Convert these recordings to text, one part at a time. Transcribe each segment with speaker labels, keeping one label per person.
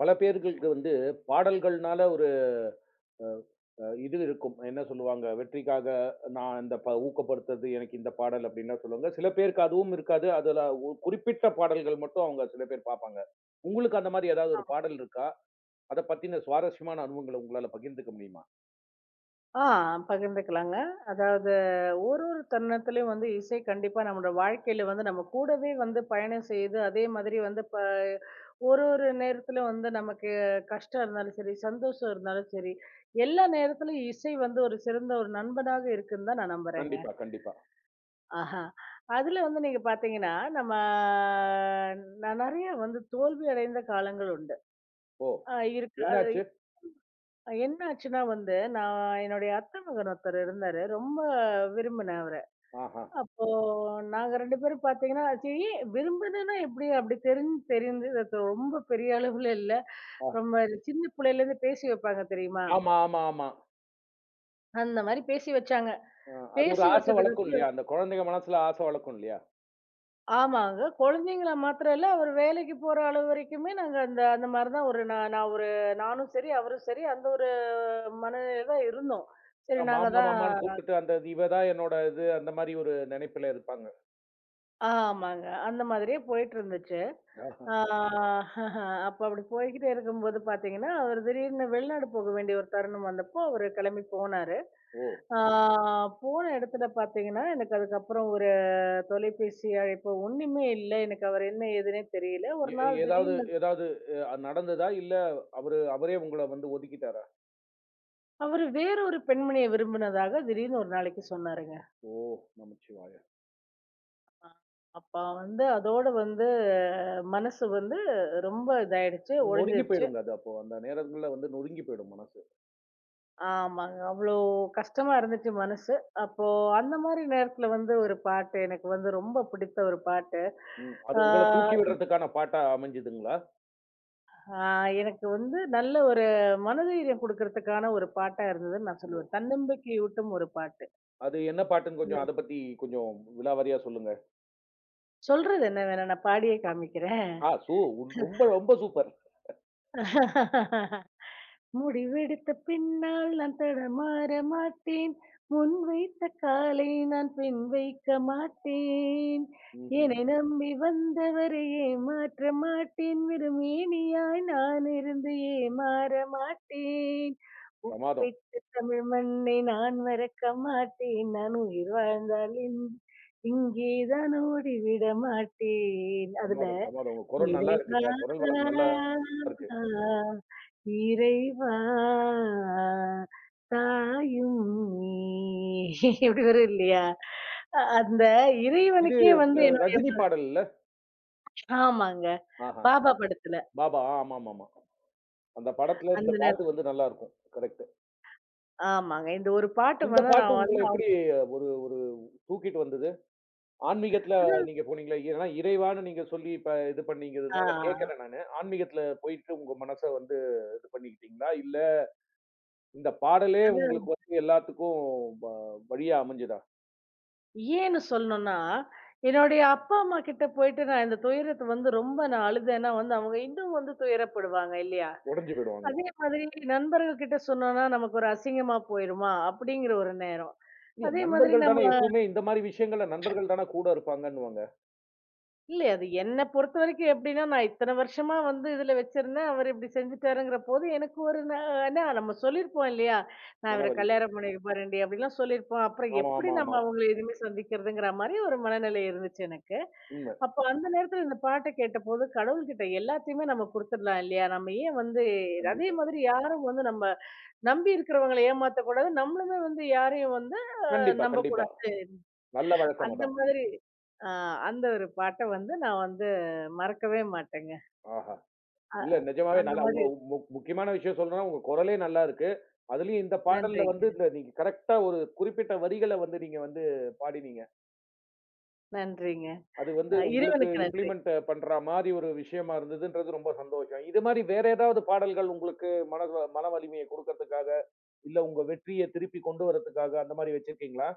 Speaker 1: பல பேர்களுக்கு வந்து பாடல்கள்னால ஒரு அ அ இது இருக்கும். என்ன சொல்லுவாங்க, வெற்றிக்காக நான் இந்த ஊக்கப்படுத்துறது எனக்கு இந்த பாடல் அப்படின்லாம் சொல்லுவாங்க. சில பேருக்கு அதுவும் இருக்காது. அதுல குறிப்பிட்ட பாடல்கள் மட்டும் அவங்க சில பேர் பார்ப்பாங்க. உங்களுக்கு அந்த மாரி ஏதாவது ஒரு பாடல் இருக்கா? அத பத்தின சுவாரஸ்யமான அனுபவங்கள உங்களால பகிர்ந்துக்க முடியுமா?
Speaker 2: ஆ பகிர்ந்துக்கலாங்க. அதாவது ஒரு ஒரு தருணத்திலயும் வந்து இசை கண்டிப்பா நம்மோட வாழ்க்கையில வந்து நம்ம கூடவே வந்து பயணம் செய்யுது. அதே மாதிரி வந்து ஒரு ஒரு நேரத்துல வந்து நமக்கு கஷ்டம் இருந்தாலும் சரி, சந்தோஷம் இருந்தாலும் சரி, எல்லா நேரத்திலும் இசை வந்து ஒரு சிறந்த ஒரு நண்பனாக இருக்குன்னு தான் நான் நம்புறேங்க.
Speaker 1: கண்டிப்பா, கண்டிப்பா.
Speaker 2: ஆஹா. அதுல வந்து நீங்க பார்த்தீங்கன்னா, நம்ம நான் நெறைய வந்து தோல்வி அடைந்த காலங்கள் உண்டு.
Speaker 1: ஓ!
Speaker 2: இருக்கு. அது
Speaker 1: என்னாச்சு?
Speaker 2: என்ன ஆச்சுன்னா வந்து, நான் என்னுடைய அத்தை மகன் ஒருத்தர் இருந்தாரு. ரொம்ப விரும்பினேன் அவர.
Speaker 1: ஆஹா.
Speaker 2: அப்போ நாங்க 2 பேரும் பார்த்தீங்கன்னா, சரி விரும்பினதுன்னா எப்படி? அப்படி தெரிஞ்சு தெரிஞ்சது ரொம்ப பெரிய அளவுல இல்ல.
Speaker 1: ஆ.
Speaker 2: ரொம்ப சின்ன பிள்ளையிலேருந்து பேசி வைப்பாங்க தெரியுமா?
Speaker 1: ஆமா, ஆமா, ஆமா.
Speaker 2: அந்த மாரி பேசி வச்சாங்க.
Speaker 1: அது ஒரு
Speaker 2: பேசி
Speaker 1: ஆசை
Speaker 2: வச்சதுக்கு
Speaker 1: வளர்க்கும்
Speaker 2: அப்புறம்
Speaker 1: இல்லையா? அந்த குழந்தைங்க மனசுல ஆசை வளர்க்கும் இல்லையா?
Speaker 2: ஆமாங்க. குழந்தைங்கள மாத்திரம் இல்ல, அவரு வேலைக்கு போற அளவு வரைக்குமே நாங்க அந்த அந்த மாரி தான் ஒரு நான் நான் ஒரு நானும் சரி, அவரும் சரி அந்த ஒரு மனநிலையில தான் இருந்தோம். சரி நாங்க
Speaker 1: மாமா,
Speaker 2: தான்
Speaker 1: மாமான்னு கூப்பிட்டுட்டு, அந்த இவ தான் என்னோட இது, அந்த மாரி ஒரு நெனைப்புல இருப்பாங்க.
Speaker 2: ஆமாங்க. அந்த மாதிரியே போயிட்டுருந்துச்சு.
Speaker 1: ஆஹா.
Speaker 2: ஆ அப்ப அப்படி போய்க்கிட்டே இருக்கும்போது பார்த்தீங்கன்னா, அவரு திடீர்னு வெளிநாடு போக வேண்டிய ஒரு தருணம் வந்தப்போ, அவரு கிளம்பி போனாரு.
Speaker 1: ஓ!
Speaker 2: ஆ போன இடத்துல பார்த்தீங்கன்னா, எனக்கு அதுக்கப்புறம் ஒரு தொலைபேசி அழைப்பு ஒண்ணுமே இல்ல. எனக்கு அவரு என்ன ஏதுன்னே தெரியல.
Speaker 1: எ
Speaker 2: ஒரு நாள்
Speaker 1: ஏதாவது
Speaker 2: திடீர்னு
Speaker 1: ஏதாவது நடந்ததா? இல்ல அவரு அவரே உங்கள வந்து ஒதுக்கிட்டாரா?
Speaker 2: அவரு வேற ஒரு பெண்மணிய விரும்பினதாக திடீர்னு ஒரு நாளைக்கு சொன்னாருங்க.
Speaker 1: ஓ! நமச்சிவாய!
Speaker 2: அப்ப வந்து அதோட வந்து மனசு வந்து ரொம்ப இதாயிடுச்சு,
Speaker 1: நொறுங்கி
Speaker 2: ஒடிஞ்சிருச்சு.
Speaker 1: போயிடுங்க அது அப்போ. அந்த நேரங்கள்ல வந்து நொறுங்கி போயிடும் மனசு.
Speaker 2: ஆமாங்க. அவ்ளோ கஷ்டமா இருந்துச்சு மனசு. அப்போ அந்த மாரி நேரத்துல வந்து ஒரு பாட்டு எனக்கு வந்து ரொம்ப பிடித்த ஒரு பாட்டு.
Speaker 1: ம். அது
Speaker 2: ஆ
Speaker 1: உங்கள தூக்கி விடுறதுக்கான பாட்டா அமைஞ்சதுங்களா?
Speaker 2: ஆ எனக்கு வந்து நல்ல ஒரு மனதைரியம் குடுக்கறதுக்கான ஒரு பாட்டா இருந்ததுன்னு நான்
Speaker 1: ஓ!
Speaker 2: சொல்லுவேன். தன்னம்பிக்கையூட்டும் ஒரு பாட்டு.
Speaker 1: அது என்ன பாட்டுன்னு கொஞ்சம் அத பத்தி கொஞ்சம் விலாவாரியா சொல்லுங்க.
Speaker 2: சொல்றது என்ன வேணா நான் பாடியே காமிக்கிறேன்.
Speaker 1: ஆ சூ ரொம்ப ரொம்ப சூப்பர்.
Speaker 2: முடிவெடுத்த பின்னால் நான் தடமாற மாட்டேன். முன் வைத்த காலை நான் பின் வைக்க மாட்டேன்.
Speaker 1: ம்ஹ்ம்.
Speaker 2: என்னை நம்பி வந்தவரை ஏமாற்ற மாட்டேன். வெறுமேனியாய் நான் இருந்து ஏமாற மாட்டேன்.
Speaker 1: பிரமாதம்,
Speaker 2: உப்பிட்ட தமிழ் மண்ணை நான் மறக்க மாட்டேன். நான் உயிர் வாழ்ந்தால் இங்கேதான் ஓடிவிட மாட்டேன். அதுல
Speaker 1: பிரமாதம், பிரமாதம். உங்க குரல் நல்லா
Speaker 2: இறைவா!
Speaker 1: இருக்குங்க. குரல் வளம் நல்லா இருக்கு.
Speaker 2: இறைவா! தாயும் நீ. இப்படி வரும் இல்லையா? அந்த
Speaker 1: இது
Speaker 2: இறைவனுக்கே வந்து என்னுடைய
Speaker 1: ரஜினி பாடல்ல?
Speaker 2: ஆமாங்க.
Speaker 1: ஆஹா!
Speaker 2: பாபா படத்துல.
Speaker 1: பாபா. ஆமாமாமா. அந்த படத்துல
Speaker 2: அந்த
Speaker 1: இந்த
Speaker 2: நேரம்
Speaker 1: பாட்டு வந்து நல்லா இருக்கும். கரெக்ட்.
Speaker 2: ஆமாங்க. இந்த ஒரு பாட்டு
Speaker 1: இந்த
Speaker 2: வந்து
Speaker 1: பாட்டு
Speaker 2: நான்
Speaker 1: உங்கள
Speaker 2: வந்து
Speaker 1: எப்படி ஒரு ஒரு தூக்கிட்டு வந்தது? ஆன்மீகத்துல
Speaker 2: அவ்வளவு-
Speaker 1: நீங்க போனீங்களா? ஏன்னா இறைவான்னு நீங்க சொல்லி இப்ப இது
Speaker 2: ஆ
Speaker 1: பண்ணீங்கறதுனால கேட்கிறேன் நானு. ஆன்மீகத்துல போயிட்டு உங்க மனச வந்து இது பண்ணிக்கிட்டீங்களா? இல்ல இந்த பாடலே
Speaker 2: அது
Speaker 1: உங்களுக்கு வந்து எல்லாத்துக்கும் வ வழியா அமைஞ்சதா?
Speaker 2: ஏன்னு சொல்லணும்னா, என்னுடைய அப்பா, அம்மா கிட்ட போயிட்டு நான் இந்த துயரத்த வந்து ரொம்ப நான் அழுதேன்னா வந்து அவங்க இன்னும் வந்து துயரப்படுவாங்க இல்லையா?
Speaker 1: உடைஞ்சு போயிடுவாங்க.
Speaker 2: அதே மாதிரி நண்பர்கள் கிட்ட சொன்னோம்னா, நமக்கு ஒரு அசிங்கமா போயிருமா? அப்படிங்கிற ஒரு நேரம்.
Speaker 1: இல்ல
Speaker 2: அதே மாதிரி
Speaker 1: நண்பர்கள்
Speaker 2: நம்ம
Speaker 1: தானே எப்பவுமே இந்த மாரி விஷயங்கள்ல நண்பர்கள் தானே கூட இருப்பாங்கன்னுவாங்க.
Speaker 2: இல்ல. அது என்ன பொறுத்தவரைக்கும் எப்படின்னா, நான் இத்தன வருஷமா வந்து இதுல வச்சிருந்தேன். அவரு இப்படி செஞ்சுட்டாருங்கிற போது, எனக்கு ஒரு ஏன்னா நம்ம சொல்லியிருப்போம் இல்லையா? நான் இவர
Speaker 1: மனவலி.
Speaker 2: கல்யாணம் பண்ணிக்க போறேன்டி அப்படிலாம் சொல்லியிருப்போம். அப்புறம்
Speaker 1: ஆமா,
Speaker 2: எப்படி
Speaker 1: ஆமா,
Speaker 2: நம்ம
Speaker 1: ஆமா.
Speaker 2: அவங்கள இனிமே சந்திக்கிறதுங்கிற மாரி ஒரு மனநிலை இருந்துச்சு எனக்கு.
Speaker 1: உண்ம.
Speaker 2: அப்ப அந்த நேரத்துல இந்த பாட்ட கேட்டபோது, கடவுள்கிட்ட எல்லாத்தையுமே நம்ம குடுத்துடலாம் இல்லையா? நம்ம ஏன் வந்து அதே
Speaker 1: கண்டிப்பா.
Speaker 2: மாதிரி யாரும் வந்து நம்ம நம்பி இருக்கிறவங்கள ஏமாத்தக்கூடாது. நம்மளுமே வந்து யாரையும் வந்து அ
Speaker 1: கண்டிப்பா, கண்டிப்பா.
Speaker 2: நம்பக்கூடாது.
Speaker 1: நல்ல வழக்கம்
Speaker 2: அந்த
Speaker 1: அதான்.
Speaker 2: மாதிரி ஆ அந்த ஒரு பாட்ட வந்து நான் வந்து மறக்கவே மாட்டேங்க.
Speaker 1: ஆஹா!
Speaker 2: அ
Speaker 1: இல்ல நிஜமாவே
Speaker 2: அந்த
Speaker 1: நல்லா உங்க
Speaker 2: மாதிரி
Speaker 1: முக்கியமான விஷயம் சொல்லணும்னா, உங்க குரலே நல்லா இருக்கு. அதுலயும் இந்த பாடல்ல
Speaker 2: நன்றிங்க,
Speaker 1: வந்து இந்த நீங்க கரெக்ட்டா ஒரு குறிப்பிட்ட வரிகள வந்து நீங்க வந்து பாடினீங்க.
Speaker 2: நன்றிங்க.
Speaker 1: அது வந்து உங்களுக்கு
Speaker 2: இறைவனுக்கு நன்றி.
Speaker 1: இம்ப்ளிமெண்ட் பண்ற மாரி ஒரு விஷயமா இருந்ததுன்றது ரொம்ப சந்தோஷம். இது மாரி வேற ஏதாவது பாடல்கள் உங்களுக்கு மன மன வலிமையை குடுக்கறதுக்காக, இல்ல உங்க வெற்றிய திருப்பி கொண்டு வரதுக்காக அந்த மாரி வச்சிருக்கீங்களா?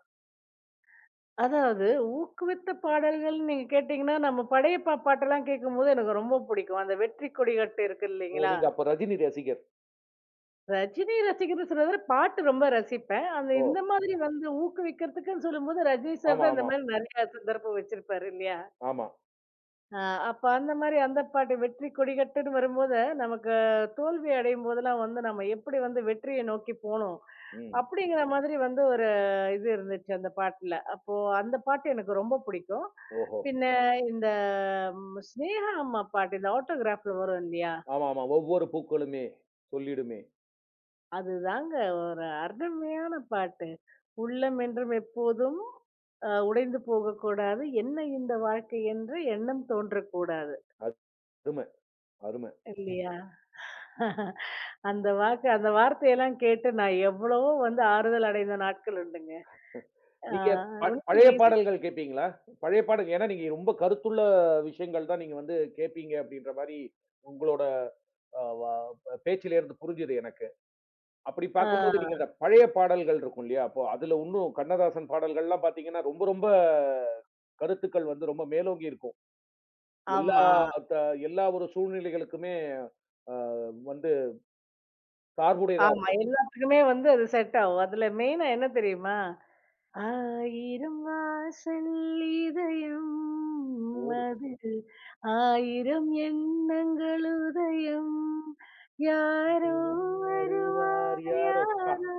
Speaker 2: அதாவது ஊக்குவித்த பாடல்கள்னு நீங்க கேட்டீங்கன்னா, நம்ம படையப்பா பாட்டெல்லாம் கேட்கும்போது எனக்கு ரொம்ப பிடிக்கும். அந்த வெற்றி கொடிகட்டு இருக்கு
Speaker 1: ஓ!
Speaker 2: இல்லைங்களா?
Speaker 1: நீங்க அப்ப ரஜினி ரசிகர்.
Speaker 2: ரஜினி ரசிகர்ன்னு சொல்றத விட பாட்டு ரொம்ப ரசிப்பேன். அந்த
Speaker 1: ஓ!
Speaker 2: இந்த மாதிரி வந்து ஊக்குவிக்கிறதுக்குன்னு சொல்லும்போது ரஜினி சார்
Speaker 1: ஆமா,
Speaker 2: தான் இந்த
Speaker 1: ஆமா,
Speaker 2: மாதிரி நெறைய சந்தர்ப்பம் வச்சிருப்பாரு இல்லையா?
Speaker 1: ஆமா.
Speaker 2: அ அப்ப அந்த மாரி அந்த பாட்டு வெற்றி கொடிகட்டுன்னு வரும்போது, நமக்கு தோல்வி அடையும் போதெல்லாம் வந்து நம்ம எப்படி வந்து வெற்றியை நோக்கி போணும்,
Speaker 1: ம்.
Speaker 2: அப்படிங்கிற மாதிரி வந்து ஒரு இது இருந்துச்சு அந்த பாட்டுல. அப்போ அந்த பாட்டு எனக்கு ரொம்ப பிடிக்கும்.
Speaker 1: ஓஹோ!
Speaker 2: பின்ன இந்த ஸ்நேகா அம்மா பாட்டு, இந்த ஆட்டோகிராஃப்ல வரும் இல்லையா?
Speaker 1: ஆமா, ஆமா. ஒவ்வொரு பூக்களுமே சொல்லிடுமே.
Speaker 2: அதுதாங்க ஒரு அருமையான பாட்டு. "உள்ளம் என்றும் எப்போதும் உடைந்து போகக்கூடாது. என்ன இந்த வாழ்க்கை என்று எண்ணம் தோன்றக்கூடாது."
Speaker 1: அரும, அரும.
Speaker 2: இல்லையா? அந்த வாக்கு அந்த வார்த்தையெல்லாம் கேட்டு நான் எவ்வளவோ வந்து ஆறுதல் அடைந்த நாட்கள் உண்டுங்க. ஆ
Speaker 1: நீங்க பழைய
Speaker 2: உண்மையில இசை
Speaker 1: பாடல்கள் கேட்பீங்களா? பழைய பாடல் ஏன்னா, நீங்க ரொம்ப கருத்துள்ள விஷயங்கள் தான் நீங்க வந்து கேட்பீங்க அப்படின்ற மாரி, உங்களோட அ வ பேச்சிலேருந்து புரிஞ்சுது எனக்கு. அப்படி
Speaker 2: ஆ
Speaker 1: பார்க்கும்போது நீங்க இந்த பழைய பாடல்கள் இருக்கும் இல்லையா? அப்போ அதுல இன்னும் கண்ணதாசன் பாடல்கள்லாம் பார்த்தீங்கன்னா, ரொம்ப ரொம்ப கருத்துக்கள் வந்து ரொம்ப மேலோங்கி இருக்கும். எல்லா
Speaker 2: ஆமா,
Speaker 1: த எல்லா ஒரு சூழ்நிலைகளுக்குமே அ வந்து சார்புடையதா
Speaker 2: ஆமா.
Speaker 1: இருக்கும்.
Speaker 2: எல்லாத்துக்குமே வந்து அது செட் ஆகும். அதுல மெயினா என்ன தெரியுமா? ஆயிரம் வாசல் இதயம்
Speaker 1: ஓடு
Speaker 2: அதில் ஆயிரம் எண்ணங்கள் உதயம் யாரோ
Speaker 1: வருவார்
Speaker 2: வருவார்
Speaker 1: யாரோ! ஆ
Speaker 2: யாரோ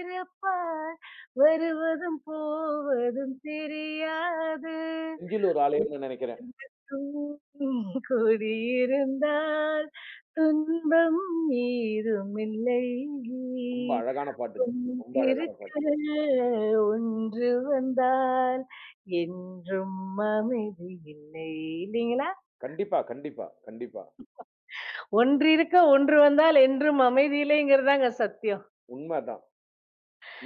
Speaker 2: இறப்பார் வருவதும் போவதும் தெரியாது
Speaker 1: நெஞ்சில் ஒரு ஆலயம்னு நெனைக்கிறேன்.
Speaker 2: என்றும் கூடியிருந்தால் துன்பம் ஏதுமில்லை.
Speaker 1: ரொம்ப அழகான பாட்டுங்க. ரொம்ப அழகான
Speaker 2: ஒன்றிருக்க
Speaker 1: பாட்டு.
Speaker 2: ஒன்று வந்தால் என்றும் அமைதி இல்லை. இல்லைங்களா?
Speaker 1: கண்டிப்பா, கண்டிப்பா, கண்டிப்பா.
Speaker 2: ஒன்றிருக்க ஒன்று வந்தால் என்றும் அமைதி இல்லைங்கிறதாங்க சத்தியம்.
Speaker 1: உண்ம அதான்.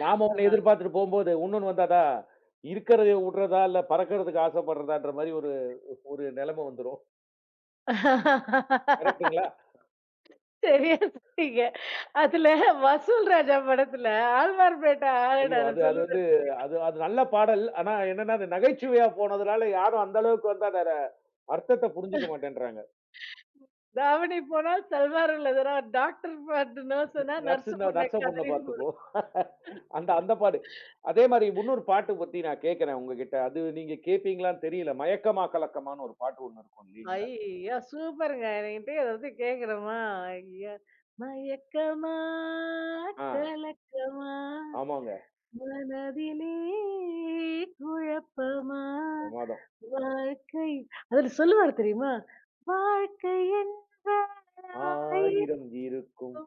Speaker 1: நாம
Speaker 2: ஆ.
Speaker 1: ஒண்ணு எதிர்பார்த்துட்டு போம்போது, உன்னொன்னு வந்தாதா, இருக்கிறத விடுறதா, இல்ல பறக்கிறதுக்கு ஆசைப்படுறதான்ற மாரி ஒரு ஒரு நெலைம வந்துரும். கரெக்ட்டுங்களா?
Speaker 2: சரியா சொன்னீங்க. அதுல வசூல் ராஜா படத்துல ஆழ்வார்பேட்டை
Speaker 1: ஐயோ!
Speaker 2: ஆளுநர்
Speaker 1: அது அது வந்து
Speaker 2: சொல்லுவாரு தெரியுமா?
Speaker 1: அது அது நல்ல பாடல். ஆனா என்னன்னா, அது நகைச்சுவையா போனதுனால யாரும் அந்த அளவுக்கு வந்து அதோட அர்த்தத்த புரிஞ்சுக்க மாட்டேன்றாங்க.
Speaker 2: தாவணி போனால் சல்வார் உள்ளது. நான் டாக்டர் பாட்டு நர்ஸ்னா நர்ஸ்
Speaker 1: நர்ஸுன்னா
Speaker 2: பொண்ண
Speaker 1: நர்ஸ பொண்ண
Speaker 2: காதுலயும் போடு.
Speaker 1: பார்த்துக்கோ. அந்த அந்த பாட்டு. அதே மாரி இன்னொரு பாட்டு பத்தி நான் கேட்கிறேன் உங்ககிட்ட. அது நீங்க கேட்பீங்களான்னு தெரியல. மயக்கமா கலக்கமான்னு ஒரு பாட்டு ஒண்ணு இருக்கும் இல்லீங்களா?
Speaker 2: ஐய்யய்யோ! சூப்பருங்க. என்கிட்ட ஏதாவது கேட்கணுமா? ஐயா! மயக்கமா,
Speaker 1: ஆ,
Speaker 2: கலக்கமா,
Speaker 1: ஆமாங்க.
Speaker 2: மனதிலே குழப்பமா,
Speaker 1: பிரமாதம்.
Speaker 2: வாழ்க்கை அதுல சொல்லுவாரு தெரியுமா? வாழ்க்கை என்ற ஆயிரம்
Speaker 1: ஆயிரம் இருக்கும்.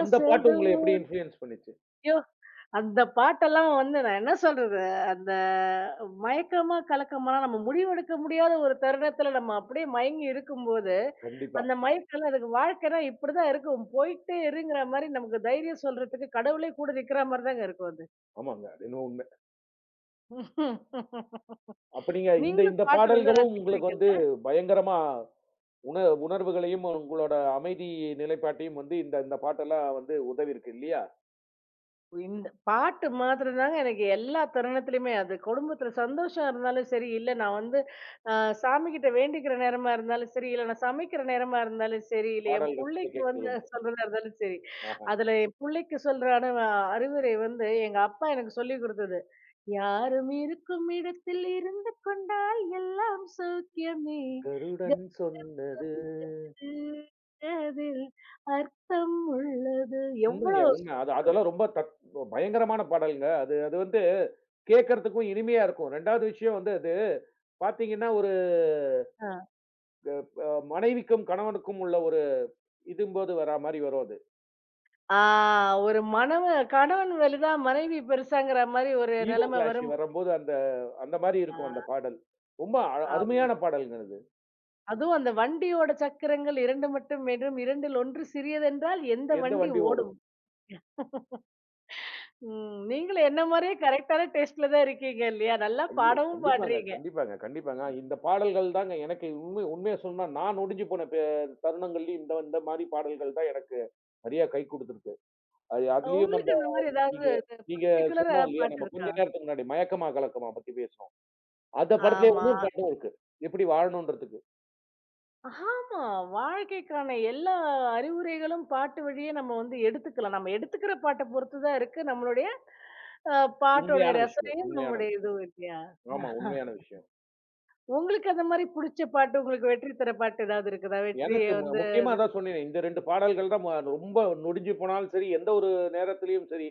Speaker 1: அந்த பாட்டு உங்கள எப்படி
Speaker 2: தோறும்
Speaker 1: இன்ஃப்ளூயன்ஸ் பண்ணுச்சு?
Speaker 2: அந்த பாட்டெல்லாம் வந்து நான் என்ன சொல்றது, அந்த மயக்கமா, கலக்கமா நம்ம முடிவெடுக்க முடியாத ஒரு தருணத்துல நம்ம அப்படியே மயங்கி இருக்கும்போது,
Speaker 1: கண்டிப்பா.
Speaker 2: அந்த மயக்கம்லாம் அதுக்கு வாழ்க்கைன்னா இப்படிதான் இருக்கும். போயிட்டே இருங்கிற மாரி நமக்கு தைரியம் சொல்றதுக்கு கடவுளே கூட நிக்கிற மாரி தாங்க இருக்கும் அது.
Speaker 1: ஆமாங்க. அது என்னவோ உண்ம. அப்ப நீங்க இந்த
Speaker 2: நீங்களும்
Speaker 1: இந்த
Speaker 2: பாட்டு நல்லா
Speaker 1: பாடல்களும் உங்களுக்கு
Speaker 2: ரசிக்கிறீங்க.
Speaker 1: வந்து பயங்கரமா உண உணர்வுகளையும், உங்களோட அமைதி நிலைப்பாட்டையும் வந்து இந்த இந்த பாட்டெல்லாம் வந்து உதவியிருக்கு இல்லையா?
Speaker 2: இந்த பாட்டு மாத்திரம் தாங்க எனக்கு எல்லா தருணத்திலயுமே அது குடும்பத்துல சந்தோஷம் இருந்தாலும் சரி இல்ல நான் வந்து சாமி கிட்ட வேண்டிக்கிற நேரமா இருந்தாலும் சரி இல்ல நான் சமைக்கிற நேரமா இருந்தாலும் சரி இல்ல என்
Speaker 1: பாடல்கள்
Speaker 2: பிள்ளைக்கு
Speaker 1: கேட்கிறது
Speaker 2: வந்து
Speaker 1: உண்டு.
Speaker 2: சொல்றதா இருந்தாலும் சரி
Speaker 1: ஆஹா.
Speaker 2: அதுல என் பிள்ளைக்கு சொல்றான அறிவுரை வந்து எங்க அப்பா எனக்கு சொல்லி கொடுத்தது யாரும் இருக்கும் இடத்தில் இருந்து கொண்டால் எல்லாம் சௌக்கியமே
Speaker 1: கருடன் சொன்னது
Speaker 2: கவனித்து அதில் அர்த்தம் உள்ளது
Speaker 1: உண்மைங்க,
Speaker 2: எவ்வளவு
Speaker 1: உண்ம. அது அதெல்லாம் ரொம்ப பயங்கரமான பாடல்ங்க. அது அது வந்து கேட்கறதுக்கும் இனிமையா இருக்கும். 2வது விஷயம் வந்து அது பார்த்தீங்கன்னா, ஒரு
Speaker 2: ஆ.
Speaker 1: மனைவிக்கும் கணவனுக்கும் உள்ள ஒரு இதும்போது வரா மாரி வரும் அது.
Speaker 2: ஆ ஒரு கணவன் வலுதான் மனைவி பெருசாங்கிற மாரி ஒரு
Speaker 1: ஈகோ
Speaker 2: நிலைமை
Speaker 1: கிளாஷ்
Speaker 2: வரும்.
Speaker 1: வரம்போது அந்த அந்த மாரி
Speaker 2: ஆ
Speaker 1: இருக்கும் அந்த பாடல். ரொம்ப
Speaker 2: ஆமா.
Speaker 1: அருமையான பாடல்ங்க அது.
Speaker 2: அதுவும் அந்த வண்டியோட சக்கரங்கள் 2 மட்டும் வேண்டும். 2ல் 1 சிறியதென்றால் எந்த
Speaker 1: எந்த
Speaker 2: வண்டி
Speaker 1: வண்டி
Speaker 2: ஓடும்? ம். நீங்களும் என்ன மாரியே கரெக்ட்டான டேஸ்ட்ல தான் இருக்கீங்க இல்லையா? நல்லா
Speaker 1: ஐயோ!
Speaker 2: பாடவும்
Speaker 1: கண்டிப்பாங்க,
Speaker 2: பாடுறீங்க.
Speaker 1: கண்டிப்பாங்க, கண்டிப்பாங்க. இந்த பாடல்கள் தாங்க எனக்கு உண்மை உண்மைய சொன்னா நான் நொடிஞ்சு போன தருணங்கள்லயும் இந்த இந்த மாரி பாடல்கள் தான் எனக்கு நெறையா கை குடுத்திருக்கு. அது அதுலயும் அந்த
Speaker 2: உங்களுக்கு இந்த மாரி ஏதாவது
Speaker 1: நீங்க நீங்க
Speaker 2: பர்ட்டிகுலரா
Speaker 1: சொன்னோம்
Speaker 2: ஏதாவது
Speaker 1: இல்லையா?
Speaker 2: பாட்டு
Speaker 1: நம்ம கொஞ்ச
Speaker 2: இருக்கா?
Speaker 1: நேரத்துக்கு முன்னாடி மயக்கமா கலக்கமா பத்தி பேசுனோம். அந்த படத்திலேயே
Speaker 2: ஆமா.
Speaker 1: இன்னொரு பாட்டும் இருக்கு. எப்படி வாழணுன்றதுக்கு.
Speaker 2: ஆமா. வாழ்க்கைக்கான எல்லா அறிவுரைகளும் பாட்டு வழியே நம்ம வந்து எடுத்துக்கலாம். நம்ம எடுத்துக்கிற பாட்ட பொறுத்து தான் இருக்கு நம்மளுடைய அ பாட்டோட
Speaker 1: உண்மையான விஷயம்,
Speaker 2: ரசனையும்,
Speaker 1: உண்மையான
Speaker 2: நம்முடைய
Speaker 1: விஷயம்.
Speaker 2: இதுவும் இல்லையா?
Speaker 1: ஆமா, உண்மையான விஷயம்.
Speaker 2: உங்களுக்கு அந்த மாரி புடிச்ச பாட்டு, உங்களுக்கு வெற்றி தர பாட்டு ஏதாவது இருக்குதா? வெற்றிய
Speaker 1: எனக்கு
Speaker 2: வந்து
Speaker 1: முக்கியமா அதான் சொன்னேனே, இந்த 2 பாடல்கள் தான் ரொம்ப நொடிஞ்சு போனாலும் சரி, எந்த ஒரு நேரத்திலயும் சரி,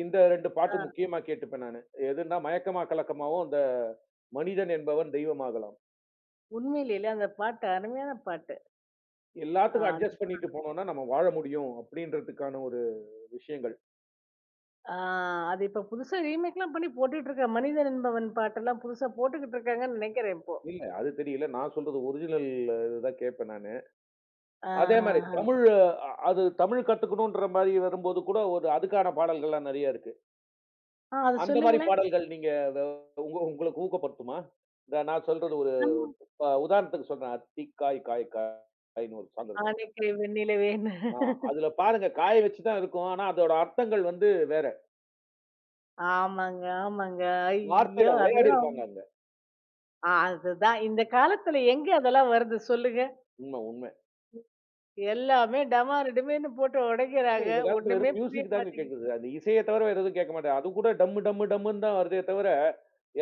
Speaker 1: இந்த 2
Speaker 2: ஆ
Speaker 1: பாட்டு முக்கியமா கேட்டுப்பேன் நானு. எதுன்னா, மயக்கமா கலக்கமாவும், இந்த மனிதன் என்பவன் தெய்வமாகலாம்.
Speaker 2: உண்மையிலேயே அந்த பாட்டு அருமையான பாட்டு. ஆ
Speaker 1: எல்லாத்துக்கும் அட்ஜஸ்ட் பண்ணிட்டு போனோம்னா, நம்ம வாழ முடியும் அப்படின்றதுக்கான ஒரு விஷயங்கள்.
Speaker 2: ஆ அது இப்ப புதுசா ரீமேக்லாம் பண்ணி போட்டுட்டு இருக்க மனிதன் என்பவன் பாட்டெல்லாம் புதுசா போட்டுக்கிட்டு இருக்காங்கன்னு நெனைக்கிறேன் இப்போ.
Speaker 1: இல்ல, அது தெரியல. நான் சொல்றது ஒரிஜினல் இதுதான் கேட்பேன் நானு. அதே மாரி
Speaker 2: ஆஹஹ.
Speaker 1: தமிழ் அது தமிழ் கத்துக்கணுன்ற மாரி வரும்போது கூட, ஒரு அதுக்கான பாடல்கள்லாம் நெறைய இருக்கு.
Speaker 2: அத
Speaker 1: அந்த மாரி
Speaker 2: சொல்லுங்களேன்.
Speaker 1: பாடல்கள் நீங்க வ உங்க உங்களுக்கு ஊக்கப்படுத்துமா? இந்த நான் சொல்றது ஒரு
Speaker 2: ஆமா.
Speaker 1: இப்ப உதாரணத்துக்கு சொல்றேன். "அத்திக்காய் காய் காய்ன்னு" ஒரு சாங் இருக்கும்.
Speaker 2: ஆனைக்கு வெண்ணிலவே
Speaker 1: ஆ அதுல பாருங்க காய வச்சு தான் இருக்கும். ஆனா அதோட அர்த்தங்கள் வந்து வேற.
Speaker 2: ஆமாங்க, ஆமாங்க. ஐயோ!
Speaker 1: வார்த்தையில
Speaker 2: அதெல்லாம்
Speaker 1: விளையாடியிருப்பாங்க அங்க.
Speaker 2: அதுதான். இந்த காலத்துல எங்க அதெல்லாம் வருது சொல்லுங்க?
Speaker 1: உண்ம, உண்மை.
Speaker 2: எல்லாமே டமாரு டிமீர்னு போட்டு
Speaker 1: ஏங்க
Speaker 2: உடைக்கிறாங்க.
Speaker 1: இந்த காலத்துல
Speaker 2: ஒண்ணுமே
Speaker 1: வெறும்
Speaker 2: புரிய
Speaker 1: மியூசிக் தாங்க
Speaker 2: மாட்டேங்குது.
Speaker 1: கேட்குது. அந்த இசைய தவிர வேற எதுவும் கேட்க மாட்டேன். அதுகூட டம்மு டம்மு டம்முன்னு தான் வருதே தவிர,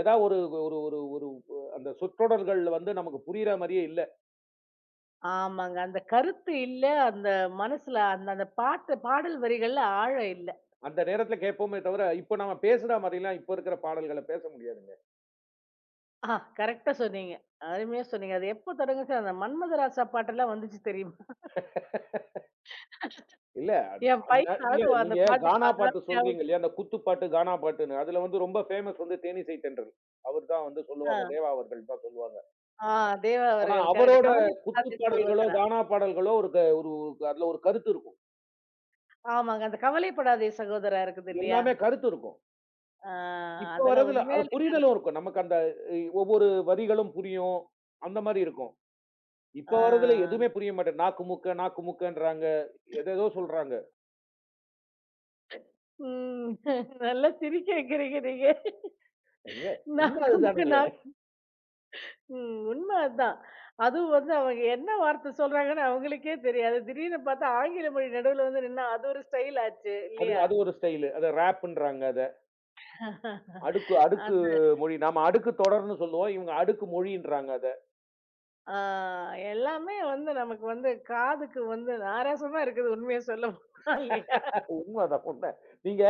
Speaker 1: ஏதா ஒரு ஒரு ஒரு ஒரு அந்த சொற்றொடர்கள் வந்து நமக்கு புரியிற மாரியே இல்ல.
Speaker 2: ஆமாங்க. அந்த கருத்து இல்ல. அந்த மனசுல அந்த அந்த பாட்டு பாடல் வரிகள்ல ஆழம் இல்ல.
Speaker 1: அந்த நேரத்துல கேட்போமே தவிர, இப்ப நம்ம பேசுற மாரிலாம் இப்ப இருக்கிற பாடல்கள பேச முடியாதுங்க.
Speaker 2: ஆ கரெக்ட்டா சொன்னீங்க. அருமையா சொன்னீங்க. அது எப்போ தொடங்குச்சு? அந்த மன்மதராசா பாட்டெல்லாம் வந்துச்சு தெரியுமா?
Speaker 1: இல்ல. அது
Speaker 2: என்
Speaker 1: அந்த
Speaker 2: பையன்
Speaker 1: இல்ல
Speaker 2: ஆடுவான் அந்த
Speaker 1: நீங்க
Speaker 2: பாட்டுக்கு.
Speaker 1: கானா
Speaker 2: அதான்
Speaker 1: பாட்டு சொல்றீங்க
Speaker 2: ஞாபகம்.
Speaker 1: இல்லையா? அந்த குத்து பாட்டு, கானா பாட்டுன்னு. அதுல வந்து ரொம்ப ஃபேமஸ் வந்து தேனிசை தென்றல். அவர் தான் வந்து சொல்லுவாங்க.
Speaker 2: ஆ,
Speaker 1: தேவா அவர்கள் தான் சொல்லுவாங்க.
Speaker 2: ஆ தேவா
Speaker 1: ஆனா
Speaker 2: அவர்கள் கரெக்ட்.
Speaker 1: அவரோட குத்து
Speaker 2: கவலைப்படாதே
Speaker 1: பாடல்களோ,
Speaker 2: சகோதரா.
Speaker 1: கானா பாடல்களோ ஒரு க ஒரு ஒரு- அதுல ஒரு கருத்து இருக்கும்.
Speaker 2: ஆமாங்க. அந்த கவலைப்படாதே சகோதரா இருக்குது இல்லையா?
Speaker 1: எல்லாமே கருத்து இருக்கும்.
Speaker 2: ஆ
Speaker 1: இப்ப
Speaker 2: அதெல்லாம்
Speaker 1: வர்றதுல அது
Speaker 2: உண்மையாலே
Speaker 1: புரிதலும் இருக்கும். நமக்கு அந்த ஒவ்வொரு வரிகளும் புரியும். அந்த மாரி இருக்கும்.
Speaker 2: ஆ.
Speaker 1: இப்ப வர்றதுல எதுவுமே புரிய மாட்டேங்குது. நாக்கு மூக்க, நாக்கு மூக்கன்றாங்க. எதேதோ சொல்றாங்க.
Speaker 2: ம். நல்லா சிரிக்க வைக்கிறீங்க நீங்க.
Speaker 1: ஏங்க உண்ம
Speaker 2: நாக்கு மூக்கு
Speaker 1: அதுதானுங்களே!
Speaker 2: நாக் ம். உண்மை அதான். அதுவும் வந்து அவங்க என்ன வார்த்தை சொல்றாங்கன்னு அவங்களுக்கே தெரியாது. திடீர்னு பார்த்தா ஆங்கில மொழி நடுவுல வந்து நின்னா அது ஒரு ஸ்டைல் ஆச்சு
Speaker 1: அது
Speaker 2: இல்லையா?
Speaker 1: அது ஒரு ஸ்டைலு. அத ரேப்புன்றாங்க. அடுக்கு அடுக்கு
Speaker 2: அதான்.
Speaker 1: மொழி. நாம அடுக்கு தொடர்ன்னு சொல்லுவோம். இவங்க அடுக்கு மொழின்றாங்க அத.
Speaker 2: ஆ எல்லாமே வந்து நமக்கு வந்து காதுக்கு வந்து நாராசமா இருக்குது உண்மைய சொல்லப்போனா இல்லையா?
Speaker 1: உண்ம அதான் உண்ம. நீங்க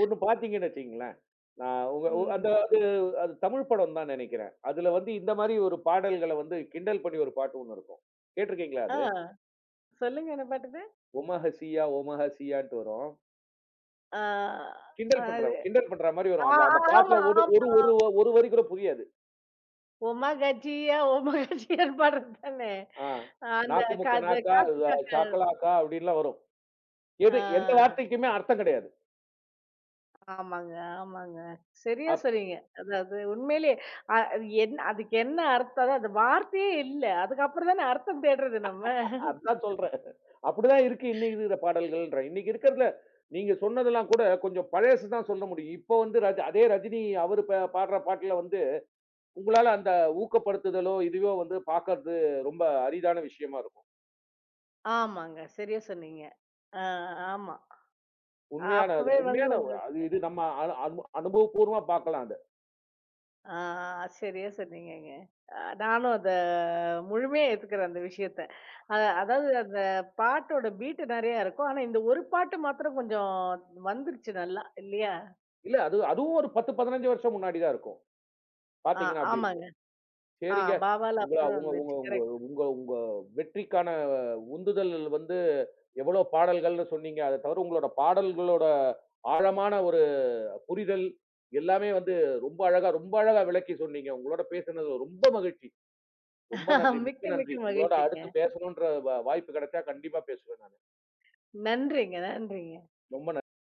Speaker 1: ஒண்ணு பார்த்தீங்கன்னு வச்சுக்கங்களேன். நான் உங்க உ
Speaker 2: ம்.
Speaker 1: அந்த அது அது தமிழ் படம் தான் நெனைக்கிறேன். அதுல வந்து இந்த மாரி ஒரு பாடல்கள வந்து கிண்டல் பண்ணி ஒரு பாட்டு ஒண்ணு இருக்கும். கேட்டுருக்கீங்களா
Speaker 2: ஆ.
Speaker 1: அது?
Speaker 2: சொல்லுங்க என்ன பாட்டுது?
Speaker 1: ஒமஹசியா ஒமஹசியான்ட்டு வரும்.
Speaker 2: ஆ. அது
Speaker 1: கிண்டல் பண்ற மாரி
Speaker 2: ஆ
Speaker 1: வரும். அதுல அந்த
Speaker 2: ஆமா
Speaker 1: பாட்டுல ஒரு
Speaker 2: ஆமா.
Speaker 1: ஒரு ஒரு ஒரு வரி கூட புரியாது.
Speaker 2: ஒமகஜியா ஒமகஜியான்னு பாடுறது தானே.
Speaker 1: ஆ
Speaker 2: அந்த
Speaker 1: நாக்கு முக்க
Speaker 2: காது
Speaker 1: நாக்கா,
Speaker 2: காத்து காக்க
Speaker 1: சாக்கலாக்கா அப்படின்லாம் வரும். எது எந்த
Speaker 2: ஆ
Speaker 1: வார்த்தைக்குமே அர்த்தம் கிடையாது.
Speaker 2: ஆமாங்க, ஆமாங்க. சரியா சொன்னீங்க. அதாவது உண்மையிலேயே அது என்ன அதுக்கு என்ன அர்த்தம்? அதான் அந்த வார்த்தையே இல்ல. அதுக்கப்புறம் தானே அர்த்தம் தேடுறது நம்ம.
Speaker 1: அதான் சொல்றேன். அப்படிதான் இருக்கு இன்னைக்கு இருக்கிற பாடல்கள்ன்றேன். இன்னைக்கு இருக்கிறதுல நீங்க சொன்னதெல்லாம் கூட கொஞ்சம் பழசு தான் சொல்ல முடியும். இப்போ வந்து அதே ரஜினி அவரு பாடுற பாட்டுல வந்து, உங்களால அந்த ஊக்கப்படுத்துதலோ, இதுவோ வந்து பார்க்கறது ரொம்ப அரிதான விஷயமா இருக்கும்.
Speaker 2: ஆமாங்க. சரியா சொன்னீங்க. ஆ ஆமா. அப்பவே வந்து
Speaker 1: உண்மையான அது இது நம்ம அனு அனு அனுபவப்பூர்வமா பார்க்கலாம் அத.
Speaker 2: ஆ, சரியா சொன்னீங்கங்க. அ நானும் அத முழுமையா ஏத்துக்கிறேன் அந்த விஷயத்த. அ அதாவது அந்த பாட்டோட பீட் நெறையா இருக்கும். ஆனா இந்த ஒரு பாட்டு மாத்திரம் கொஞ்சம் வந்துருச்சு நல்லா இல்லையா?
Speaker 1: இல்ல அது அதுவும் ஒரு 10, 15 வருஷம் முன்னாடி தான் இருக்கும்.
Speaker 2: ஆ
Speaker 1: பார்த்தீங்கன்னா அப்படி
Speaker 2: ஆமாங்க.
Speaker 1: இருக்கும்.
Speaker 2: ஆ
Speaker 1: சரிங்க.
Speaker 2: பாவால
Speaker 1: உங்கள
Speaker 2: அப்பதான்
Speaker 1: உங்க
Speaker 2: வந்துச்சு.
Speaker 1: உங்க உங்க
Speaker 2: கரெக்ட்.
Speaker 1: உங்க உங்க வெற்றிக்கான உந்துதல் வந்து எவ்வளோ பாடல்கள்னு சொன்னீங்க. அத தவிர உங்களோட பாடல்களோட ஆழமான ஒரு புரிதல் எல்லாமே வந்து ரொம்ப அழகா ரொம்ப அழகா விளக்கி சொன்னீங்க. உங்களோட பேசுனது ரொம்ப மகிழ்ச்சி. ரொம்ப நன்றி.
Speaker 2: மிக்க
Speaker 1: மிக்க
Speaker 2: மிக்க
Speaker 1: நன்றி. உங்களோட
Speaker 2: மகிழ்ச்சிங்க.
Speaker 1: அடுத்து பேசணுன்ற வாய்ப்பு கிடைச்சா கண்டிப்பா பேசுவேன் நானு.
Speaker 2: நன்றிங்க, நன்றிங்க.
Speaker 1: ரொம்ப நன்றி.